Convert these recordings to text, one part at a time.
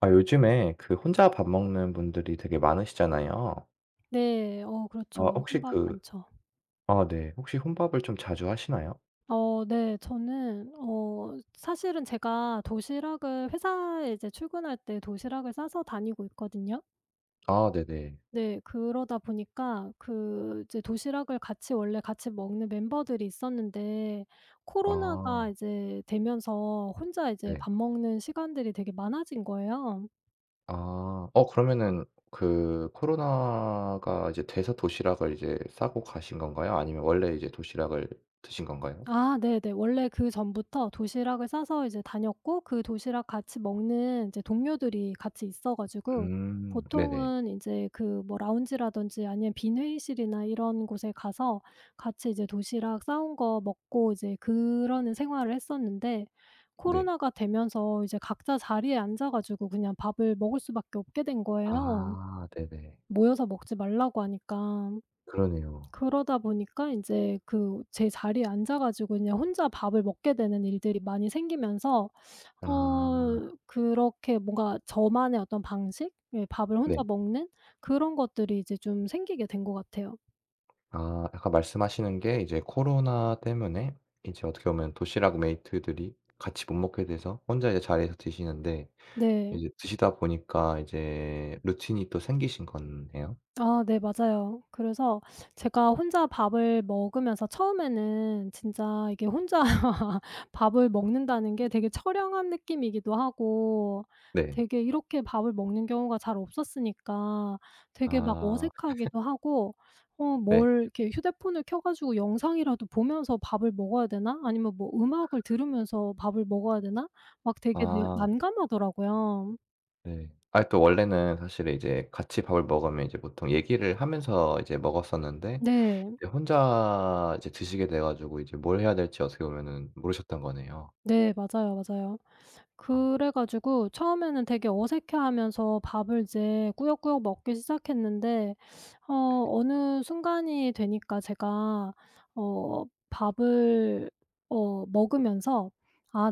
아, 요즘에 그 혼자 밥 먹는 분들이 되게 많으시잖아요. 네. 아 그렇죠. 혹시 혼밥 그 많죠. 아, 네. 혹시 혼밥을 좀 자주 하시나요? 네. 저는 사실은 제가 도시락을 회사에 이제 출근할 때 도시락을 싸서 다니고 있거든요. 아, 네네. 네. 그러다 보니까 그 이제 도시락을 같이 원래 같이 먹는 멤버들이 있었는데, 아, 코로나가 이제 되면서 혼자 이제 네. 밥 먹는 시간들이 되게 많아진 거예요. 그러면은 그 코로나가 이제 돼서 도시락을 이제 싸고 가신 건가요? 아니면 원래 이제 도시락을 드신 건가요? 아 네네. 원래 그전부터 도시락을 싸서 이제 다녔고, 그 도시락 같이 먹는 이제 동료들이 같이 있어 가지고 음, 네네. 보통은 이제 그 뭐 라운지라든지 아니면 빈 회의실이나 이런 곳에 가서 같이 이제 도시락 싸온 거 먹고 이제 그러는 생활을 했었는데, 네. 코로나가 되면서 이제 각자 자리에 앉아 가지고 그냥 밥을 먹을 수밖에 없게 된 거예요, 아, 네네. 모여서 먹지 말라고 하니까. 그러네요. 그러다 보니까 인제 그 제 자리에 앉아 가지고 그냥 혼자 밥을 먹게 되는 일들이 많이 생기면서 어 아, 그렇게 뭔가 저만의 어떤 방식? 예, 밥을 혼자 네. 먹는 그런 것들이 이제 좀 생기게 된 것 같아요. 아, 약간 말씀하시는 게 이제 코로나 때문에 이제 어떻게 보면 도시락 메이트들이 같이 못 먹게 돼서 혼자 이제 자리에서 드시는데 네. 이제 드시다 보니까 이제 루틴이 또 생기신 거네요. 아 네, 맞아요. 그래서 제가 혼자 밥을 먹으면서 처음에는 진짜 이게 혼자 밥을 먹는다는 게 되게 처량한 느낌이기도 하고, 네. 되게 이렇게 밥을 먹는 경우가 잘 없었으니까 되게 막 아 어색하기도 하고, 네. 뭘 이렇게 휴대폰을 켜 가지고 영상이라도 보면서 밥을 먹어야 되나? 아니면 뭐 음악을 들으면서 밥을 먹어야 되나? 막 되게 네, 아, 난감하더라고요. 네. 아, 또 원래는 사실 이제 같이 밥을 먹으면 이제 보통 얘기를 하면서 이제 먹었었는데 네. 이제 혼자 이제 드시게 돼 가지고 이제 뭘 해야 될지 어떻게 보면은 모르셨던 거네요. 네 맞아요, 맞아요. 아 그래 가지고 처음에는 되게 어색해하면서 밥을 이제 꾸역꾸역 먹기 시작했는데 어 어느 순간이 되니까 제가 밥을 먹으면서 '아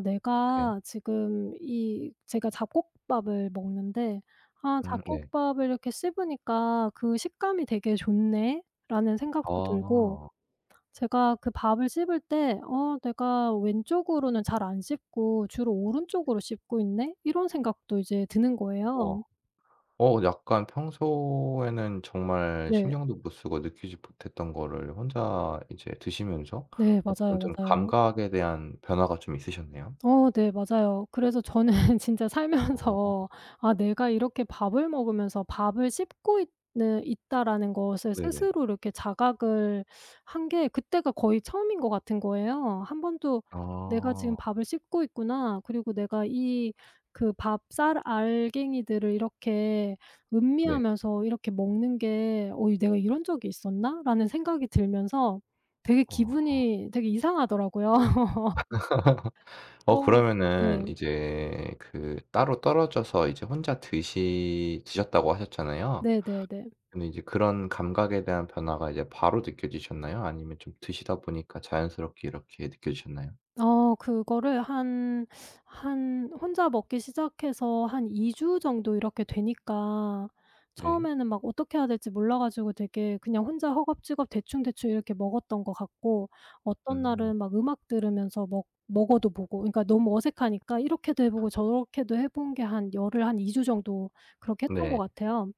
네. 내가 지금 이.' 제가 잡곡밥을 먹는데, '아 네. 잡곡밥을 이렇게 씹으니까 그 식감이 되게 좋네.'라는 생각도 들고, 아. 제가 그 밥을 씹을 때 '어 내가 왼쪽으로는 잘 안 씹고 주로 오른쪽으로 씹고 있네.' 이런 생각도 이제 드는 와. 거예요. 약간 평소에는 정말 네. 신경도 못 쓰고 느끼지 못했던 거를 혼자 이제 드시면서 네 어떻게 맞아요, 보면 좀 맞아요. 감각에 대한 변화가 좀 있으셨네요. 네 맞아요. 그래서 저는 진짜 어 살면서 '아 내가 이렇게 밥을 먹으면서 밥을 씹고 있는 있다.'라는 것을 네네. 스스로 이렇게 자각을 한 게 그때가 거의 처음인 것 같은 거예요. 한 번도 '내가 아 지금 밥을 씹고 있구나. 그리고 내가 이 그 밥 쌀 알갱이들을 이렇게 네. 음미하면서 이렇게 먹는 게, 어 이 내가 이런 적이 있었나?'라는 생각이 들면서 되게 어. 기분이 되게 이상하더라고요. 어 그러면은 네. 이제 그 따로 떨어져서 이제 혼자 드시 드셨다고 하셨잖아요. 네네네. 근데 이제 그런 감각에 대한 변화가 이제 바로 느껴지셨나요? 아니면 좀 드시다 보니까 자연스럽게 이렇게 느껴지셨나요? 그거를 한 혼자 먹기 시작해서 한 2주 정도 이렇게 되니까 네. 처음에는 막 어떻게 해야 될지 몰라 가지고 되게 그냥 혼자 허겁지겁 대충대충 이렇게 먹었던 것 같고, 어떤 음. 날은 막 음악 들으면서 먹 먹어도 보고, 그러니까 너무 어색하니까 이렇게도 해 보고 저렇게도 해본 게 한 열흘, 한 2주 정도 그렇게 했던 것 네. 같아요.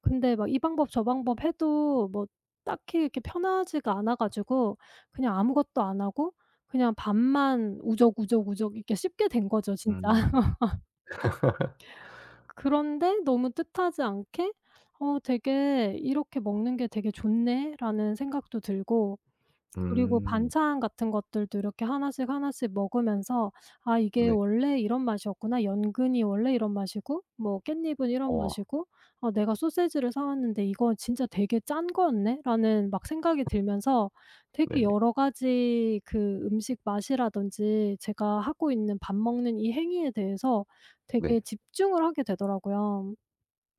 근데 막 이 방법 저 방법 해도 뭐 딱히 이렇게 편하지가 않아 가지고 그냥 아무것도 안 하고 그냥 밥만 우적우적우적 이렇게 씹게 된 거죠 진짜. 음. 그런데 너무 뜻하지 않게 '어 되게 이렇게 먹는 게 되게 좋네.'라는 생각도 들고, 그리고 음. 반찬 같은 것들도 이렇게 하나씩 하나씩 먹으면서 '아 이게 네. 원래 이런 맛이었구나. 연근이 원래 이런 맛이고, 뭐 깻잎은 이런 어 맛이고, 어 내가 소시지를 사 왔는데 이건 진짜 되게 짠 거였네.'라는 막 생각이 들면서 되게 네네. 여러 가지 그 음식 맛이라든지 제가 하고 있는 밥 먹는 이 행위에 대해서 되게 네. 집중을 하게 되더라고요.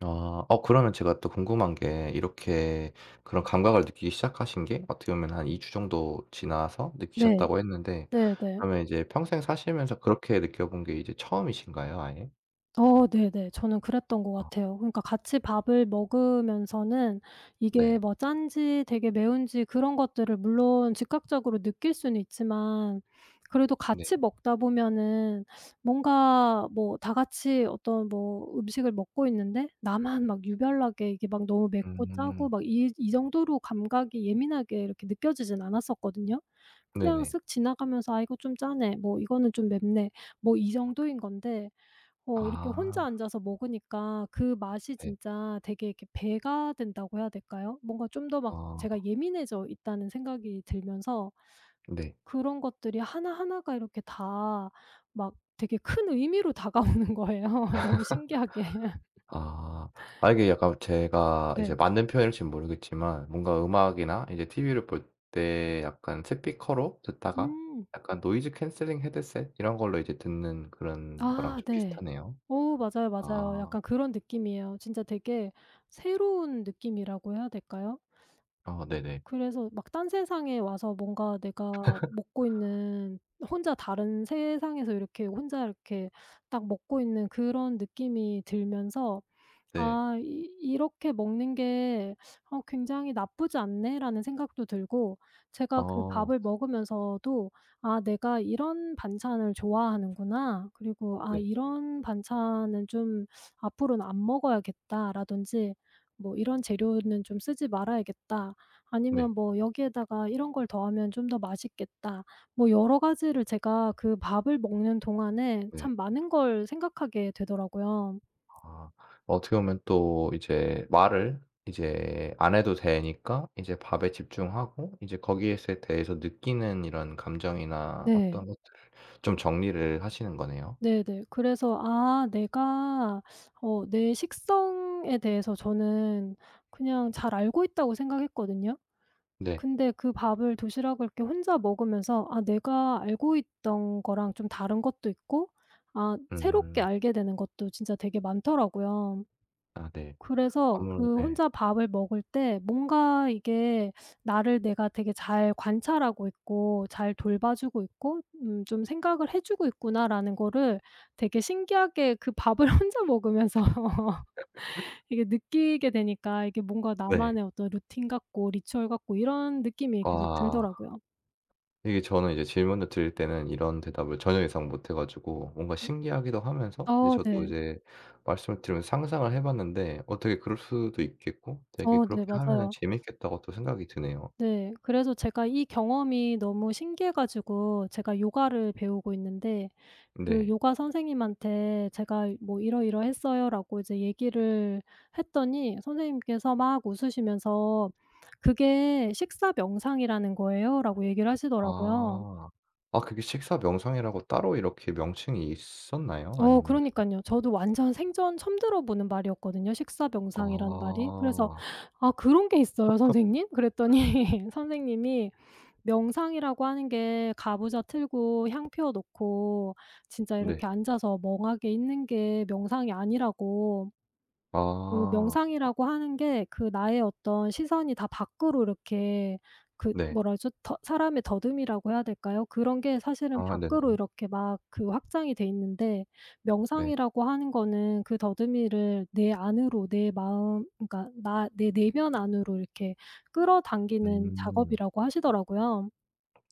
아. 어, 그러면 제가 또 궁금한 게 이렇게 그런 감각을 느끼기 시작하신 게 어떻게 보면 한 2주 정도 지나서 네. 느끼셨다고 했는데 네네. 그러면 이제 평생 사시면서 그렇게 느껴본 게 이제 처음이신가요, 아예? 네네. 저는 그랬던 것 아 같아요. 그러니까 같이 밥을 먹으면서는 이게 네. 뭐 짠지 되게 매운지 그런 것들을 물론 즉각적으로 느낄 수는 있지만, 그래도 네. 같이 먹다 보면은 뭔가 뭐 다 같이 어떤 뭐 음식을 먹고 있는데 나만 막 유별나게 이게 막 너무 맵고 짜고 음. 막 이 정도로 감각이 예민하게 이렇게 느껴지진 않았었거든요. 그냥 네네. 쓱 지나가면서 '아 이거 좀 짜네.' 뭐 '이거는 좀 맵네.' 뭐 이 정도인 건데, 이렇게 아 혼자 앉아서 먹으니까 그 맛이 네. 진짜 되게 이렇게 배가 된다고 해야 될까요? 뭔가 좀 더 막 어. 제가 예민해져 있다는 생각이 들면서 네. 그런 것들이 하나하나가 이렇게 다 막 되게 큰 의미로 다가오는 거예요 너무 신기하게. 아. 아, 이게 약간 제가 이제 네. 맞는 표현일진 모르겠지만 뭔가 음악이나 이제 TV를 볼 때 약간 스피커로 듣다가 음. 약간 노이즈 캔슬링 헤드셋 이런 걸로 이제 듣는 그런 거랑 아 좀 네. 비슷하네요. 오 맞아요, 맞아요. 아. 약간 그런 느낌이에요. 진짜 되게 새로운 느낌이라고 해야 될까요? 아 네네. 그래서 막 딴 세상에 와서 뭔가 내가 먹고 있는, 혼자 다른 세상에서 이렇게 혼자 이렇게 딱 먹고 있는 그런 느낌이 들면서 네. '아 이 이렇게 먹는 게 굉장히 나쁘지 않네.'라는 생각도 들고, 제가 그 어. 밥을 먹으면서도 '아 내가 이런 반찬을 좋아하는구나.' 그리고 '아 네. 이런 반찬은 좀 앞으로는 안 먹어야겠다.'라든지, 뭐 '이런 재료는 좀 쓰지 말아야겠다.' 아니면 네. 뭐 '여기에다가 이런 걸 더하면 좀 더 맛있겠다.' 뭐 여러 가지를 제가 그 밥을 먹는 동안에 네. 참 많은 걸 생각하게 되더라고요. 아. 어떻게 보면 또 이제 말을 이제 안 해도 되니까 이제 밥에 집중하고 이제 거기에서 대해서 느끼는 이런 감정이나 네. 어떤 것들을 좀 정리를 하시는 거네요. 네네. 그래서 '아 내가 내 식성에 대해서 저는 그냥 잘 알고 있다.'고 생각했거든요. 네. 근데 그 밥을, 도시락을 이렇게 혼자 먹으면서 아 내가 알고 있던 거랑 좀 다른 것도 있고, 아 새롭게 음. 알게 되는 것도 진짜 되게 많더라고요. 아 네. 그래서 아무래 그 네. 혼자 밥을 먹을 때 뭔가 이게 나를, 내가 되게 잘 관찰하고 있고 잘 돌봐주고 있고 좀 생각을 해 주고 있구나라는 거를 되게 신기하게 그 밥을 혼자 먹으면서 이게 느끼게 되니까 이게 뭔가 네. 나만의 어떤 루틴 같고 리추얼 같고 이런 느낌이 계속 아. 들더라고요. 이게 저는 이제 질문을 드릴 때는 이런 대답을 전혀 예상 못 해 가지고 뭔가 신기하기도 하면서 이제 저도 네. 이제 말씀을 들으면서 상상을 해 봤는데 '어, 되게 그럴 수도 있겠고 되게 그렇게 네. 하면은 맞아요. 재밌겠다.'고 또 생각이 드네요. 네. 그래서 제가 이 경험이 너무 신기해 가지고 제가 요가를 배우고 있는데, 그 네. 요가 선생님한테 제가 뭐 "이러이러했어요."라고 이제 얘기를 했더니 선생님께서 막 웃으시면서 "그게 식사 명상이라는 거예요."라고 얘기를 하시더라고요. 아. 아, 그게 식사 명상이라고 따로 이렇게 명칭이 있었나요? 아니면은. 그러니깐요. 저도 완전 생전 처음 들어보는 말이었거든요, 식사 명상이라는 말이. 그래서 아. "아 그런 게 있어요, 선생님?" 그랬더니 선생님이 명상이라고 하는 게 가부좌 틀고 향 피워 놓고 진짜 네. 이렇게 앉아서 멍하게 있는 게 명상이 아니라고, 그 아. 명상이라고 하는 게 그 나의 어떤 시선이 다 밖으로 이렇게, 그 네. 뭐라 그러죠? 더 사람의 더듬이라고 해야 될까요? 그런 게 사실은 아 네네. 밖으로 이렇게 막 그 확장이 돼 있는데, 네. 명상이라고 하는 거는 그 더듬이를 내 안으로, 내 마음, 그러니까 나 내 내면 안으로 이렇게 끌어당기는 음. 작업이라고 하시더라고요.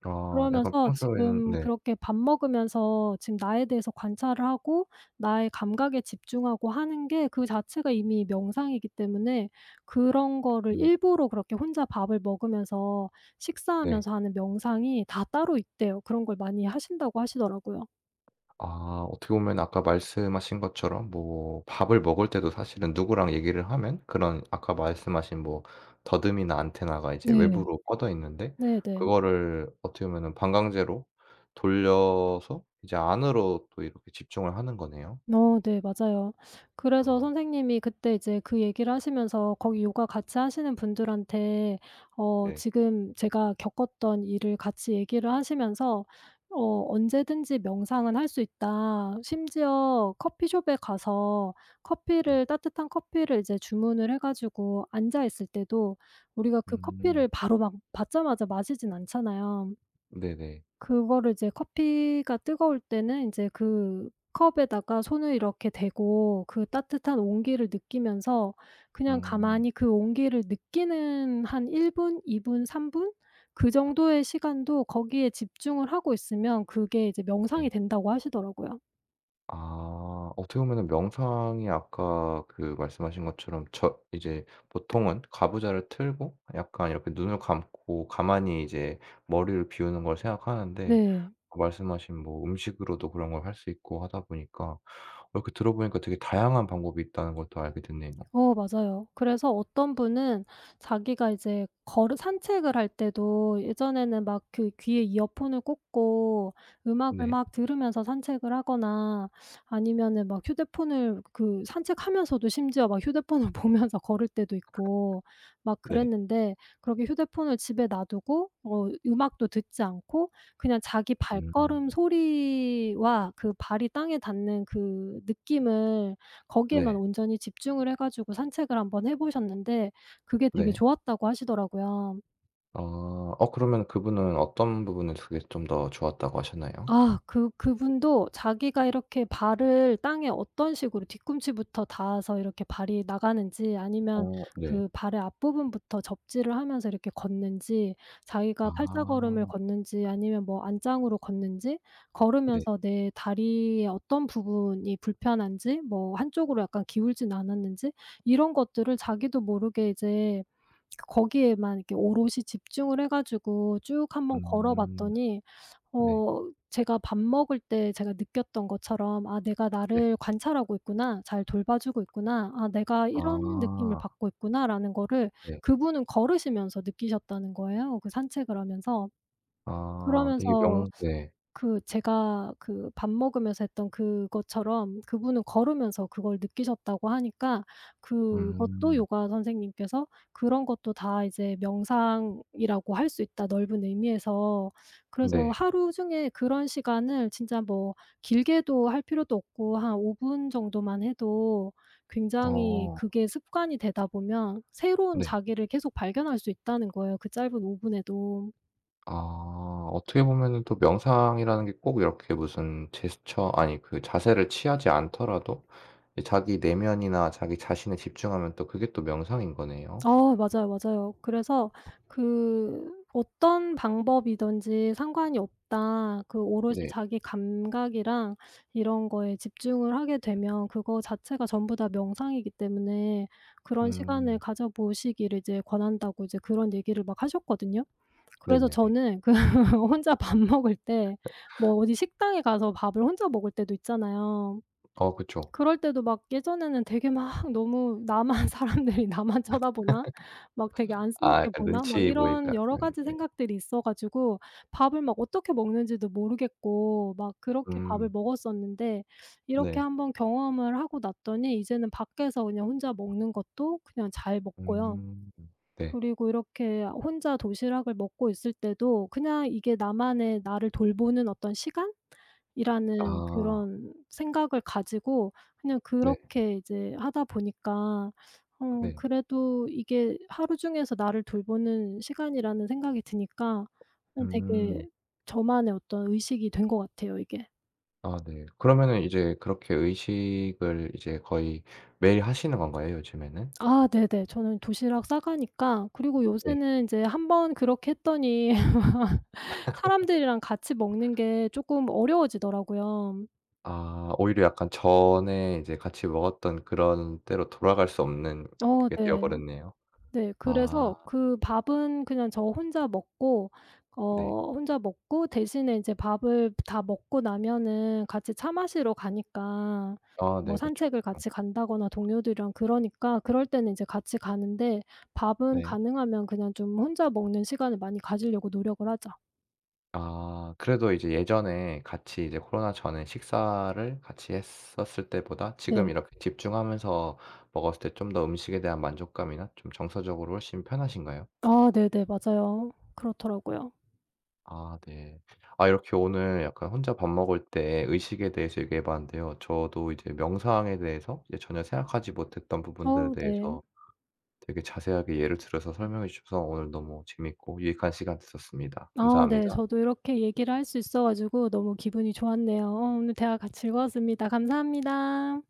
아 약간 그러면서 평소에는 지금 네. 그렇게 밥 먹으면서 지금 나에 대해서 관찰을 하고 나의 감각에 집중하고 하는 게 그 자체가 이미 명상이기 때문에, 그런 거를 음 일부러, 그렇게 혼자 밥을 먹으면서 네. 식사하면서 하는 명상이 다 따로 있대요. 그런 걸 많이 하신다고 하시더라고요. 아, 어떻게 보면 아까 말씀하신 것처럼 뭐 밥을 먹을 때도 사실은 누구랑 얘기를 하면 그런 아까 말씀하신 뭐 더듬이나 안테나가 이제 네. 외부로 뻗어 있는데 네네. 그거를 어떻게 보면은 방광제로 돌려서 이제 안으로 또 이렇게 집중을 하는 거네요. 네 맞아요. 그래서 아 선생님이 그때 이제 그 얘기를 하시면서 거기 요가 같이 하시는 분들한테 네. 지금 제가 겪었던 일을 같이 얘기를 하시면서 "언제든지 명상은 할 수 있다. 심지어 커피숍에 가서 네. 커피를, 따뜻한 커피를 이제 주문을 해 가지고 앉아 있을 때도 우리가 그 음. 커피를 바로 막 받자마자 마시진 않잖아요. 네네. 그거를 이제 커피가 뜨거울 때는 이제 그 컵에다가 손을 이렇게 대고 그 따뜻한 온기를 느끼면서 그냥 음. 가만히 그 온기를 느끼는 한 1분, 2분, 3분, 그 정도의 시간도 거기에 집중을 하고 있으면 그게 이제 명상이 네. 된다고 하시더라고요." 아. 어떻게 보면은 명상이 아까 그 말씀하신 것처럼 저 이제 보통은 가부좌를 틀고 약간 이렇게 눈을 감고 가만히 이제 머리를 비우는 걸 생각하는데 네. 그 말씀하신 뭐 음식으로도 그런 걸 할 수 있고 하다 보니까 이렇게 들어보니까 되게 다양한 방법이 있다는 걸 또 알게 됐네요. 맞아요. 그래서 어떤 분은 자기가 이제 걸 산책을 할 때도 예전에는 막 그 귀에 이어폰을 꽂고 음악을 네. 막 들으면서 산책을 하거나 아니면은 막 휴대폰을, 그 산책하면서도 심지어 막 휴대폰을 보면서 걸을 때도 있고 막 네. 그랬는데, 그렇게 휴대폰을 집에 놔두고 음악도 듣지 않고 그냥 자기 발걸음 음. 소리와 그 발이 땅에 닿는 그 느낌을 거기에만 네. 온전히 집중을 해 가지고 산책을 한번 해 보셨는데 그게 되게 네. 좋았다고 하시더라고요. 아. 어, 그러면 그분은 어떤 부분에서 그게 좀 더 좋았다고 하셨나요? 아 그분도 자기가 이렇게 발을 땅에 어떤 식으로 뒤꿈치부터 닿아서 이렇게 발이 나가는지 아니면 어 네. 그 발의 앞부분부터 접지를 하면서 이렇게 걷는지, 자기가 아. 팔자걸음을 걷는지 아니면 뭐 안짱으로 걷는지, 네. 걸으면서 내 다리의 어떤 부분이 불편한지, 뭐 한쪽으로 약간 기울진 않았는지, 이런 것들을 자기도 모르게 이제 거기에만 이렇게 오롯이 집중을 해 가지고 쭉 한번 걸어 음. 봤더니 네. 어 제가 밥 먹을 때 제가 느꼈던 것처럼 '아 내가 네. 나를 관찰하고 있구나. 잘 돌봐주고 있구나. 아 내가 이런 느낌을 아. 받고 있구나.'라는 거를 네. 그분은 걸으시면서 느끼셨다는 거예요, 그 산책을 하면서. 아 이게 그러면서 명 네. 그 제가 그 밥 먹으면서 했던 그것처럼 그분은 걸으면서 그걸 느끼셨다고 하니까 그것도 음. 요가 선생님께서 "그런 것도 다 이제 명상이라고 할 수 있다, 넓은 의미에서." 그래서 네. 하루 중에 그런 시간을 진짜 뭐 길게도 할 필요도 없고 한 5분 정도만 해도 굉장히, 어. 그게 습관이 되다 보면 새로운 네. 자기를 계속 발견할 수 있다는 거예요, 그 짧은 5 분에도. 아, 어떻게 보면은 또 명상이라는 게 꼭 이렇게 무슨 제스처 아니 그 자세를 취하지 않더라도 이 자기 내면이나 자기 자신에 집중하면 또 그게 또 명상인 거네요. 맞아요, 맞아요. 그래서 그 "어떤 방법이든지 상관이 없다. 그 오롯이 네. 자기 감각이랑 이런 거에 집중을 하게 되면 그거 자체가 전부 다 명상이기 때문에 그런 음. 시간을 가져 보시기를 이제 권한다."고 이제 그런 얘기를 막 하셨거든요. 그래서 네네네. 저는 그 혼자 밥 먹을 때, 뭐 어디 식당에 가서 밥을 혼자 먹을 때도 있잖아요. 어 그쵸. 그럴 때도 막 예전에는 되게 막 너무 '나만 사람들이 나만 쳐다보나? 막 되게 아, 안쓰럽게 약간 보나?' 막 눈치 보이고 이런 여러 약간 가지 네. 생각들이 있어 가지고 밥을 막 어떻게 먹는지도 모르겠고 막 그렇게 밥을 음. 먹었었는데, 이렇게 네. 한번 경험을 하고 났더니 이제는 밖에서 그냥 혼자 먹는 것도 그냥 잘 먹고요. 음. 네. 그리고 이렇게 혼자 도시락을 먹고 있을 때도 그냥 이게 나만의, 나를 돌보는 어떤 시간? 이라는 아. 그런 생각을 가지고 그냥 네. 그렇게 이제 하다 보니까 네. 그래도 이게 하루 중에서 나를 돌보는 시간이라는 생각이 드니까 그냥 되게 음. 저만의 어떤 의식이 된 것 같아요 이게. 아 네. 그러면은 이제 그렇게 의식을 이제 거의 매일 하시는 건가요, 요즘에는? 아 네네. 저는 도시락 싸가니까. 그리고 네. 요새는 인제 한번 그렇게 했더니 사람들이랑 같이 먹는 게 쪼끔 어려워지더라고요. 아, 오히려 약간 전에 이제 같이 먹었던 그런 때로 돌아갈 수 없는 그게 되어 네. 버렸네요. 네. 아 그래서 그 밥은 그냥 저 혼자 먹고, 네. 혼자 먹고 대신에 인제 밥을 다 먹고 나면은 같이 차 마시러 가니까, 아 뭐 네. 그쵸, 산책을 그쵸. 같이 간다거나, 동료들이랑 그러니까 그럴 때는 이제 같이 가는데, 밥은 네. 가능하면 그냥 좀 혼자 먹는 시간을 많이 가지려고 노력을 하죠. 아, 그래도 이제 예전에 같이 이제 코로나 전에 식사를 같이 했었을 때보다 지금 네. 이렇게 집중하면서 먹었을 때 좀 더 음식에 대한 만족감이나 좀 정서적으로 훨씬 편하신가요? 아 네네. 맞아요. 그렇더라고요. 아 네. 아, 이렇게 오늘 약간 혼자 밥 먹을 때 의식에 대해서 얘기해 봤는데요. 저도 이제 명상에 대해서 이제 전혀 생각하지 못했던 부분들에 네. 대해서 되게 자세하게 예를 들어서 설명해 주셔서 오늘 너무 재밌고 유익한 시간 됐었습니다. 아 네. 감사합니다. 저도 이렇게 얘기를 할 수 있어 가지고 너무 기분이 좋았네요. 오늘 대화 같이 즐거웠습니다. 감사합니다.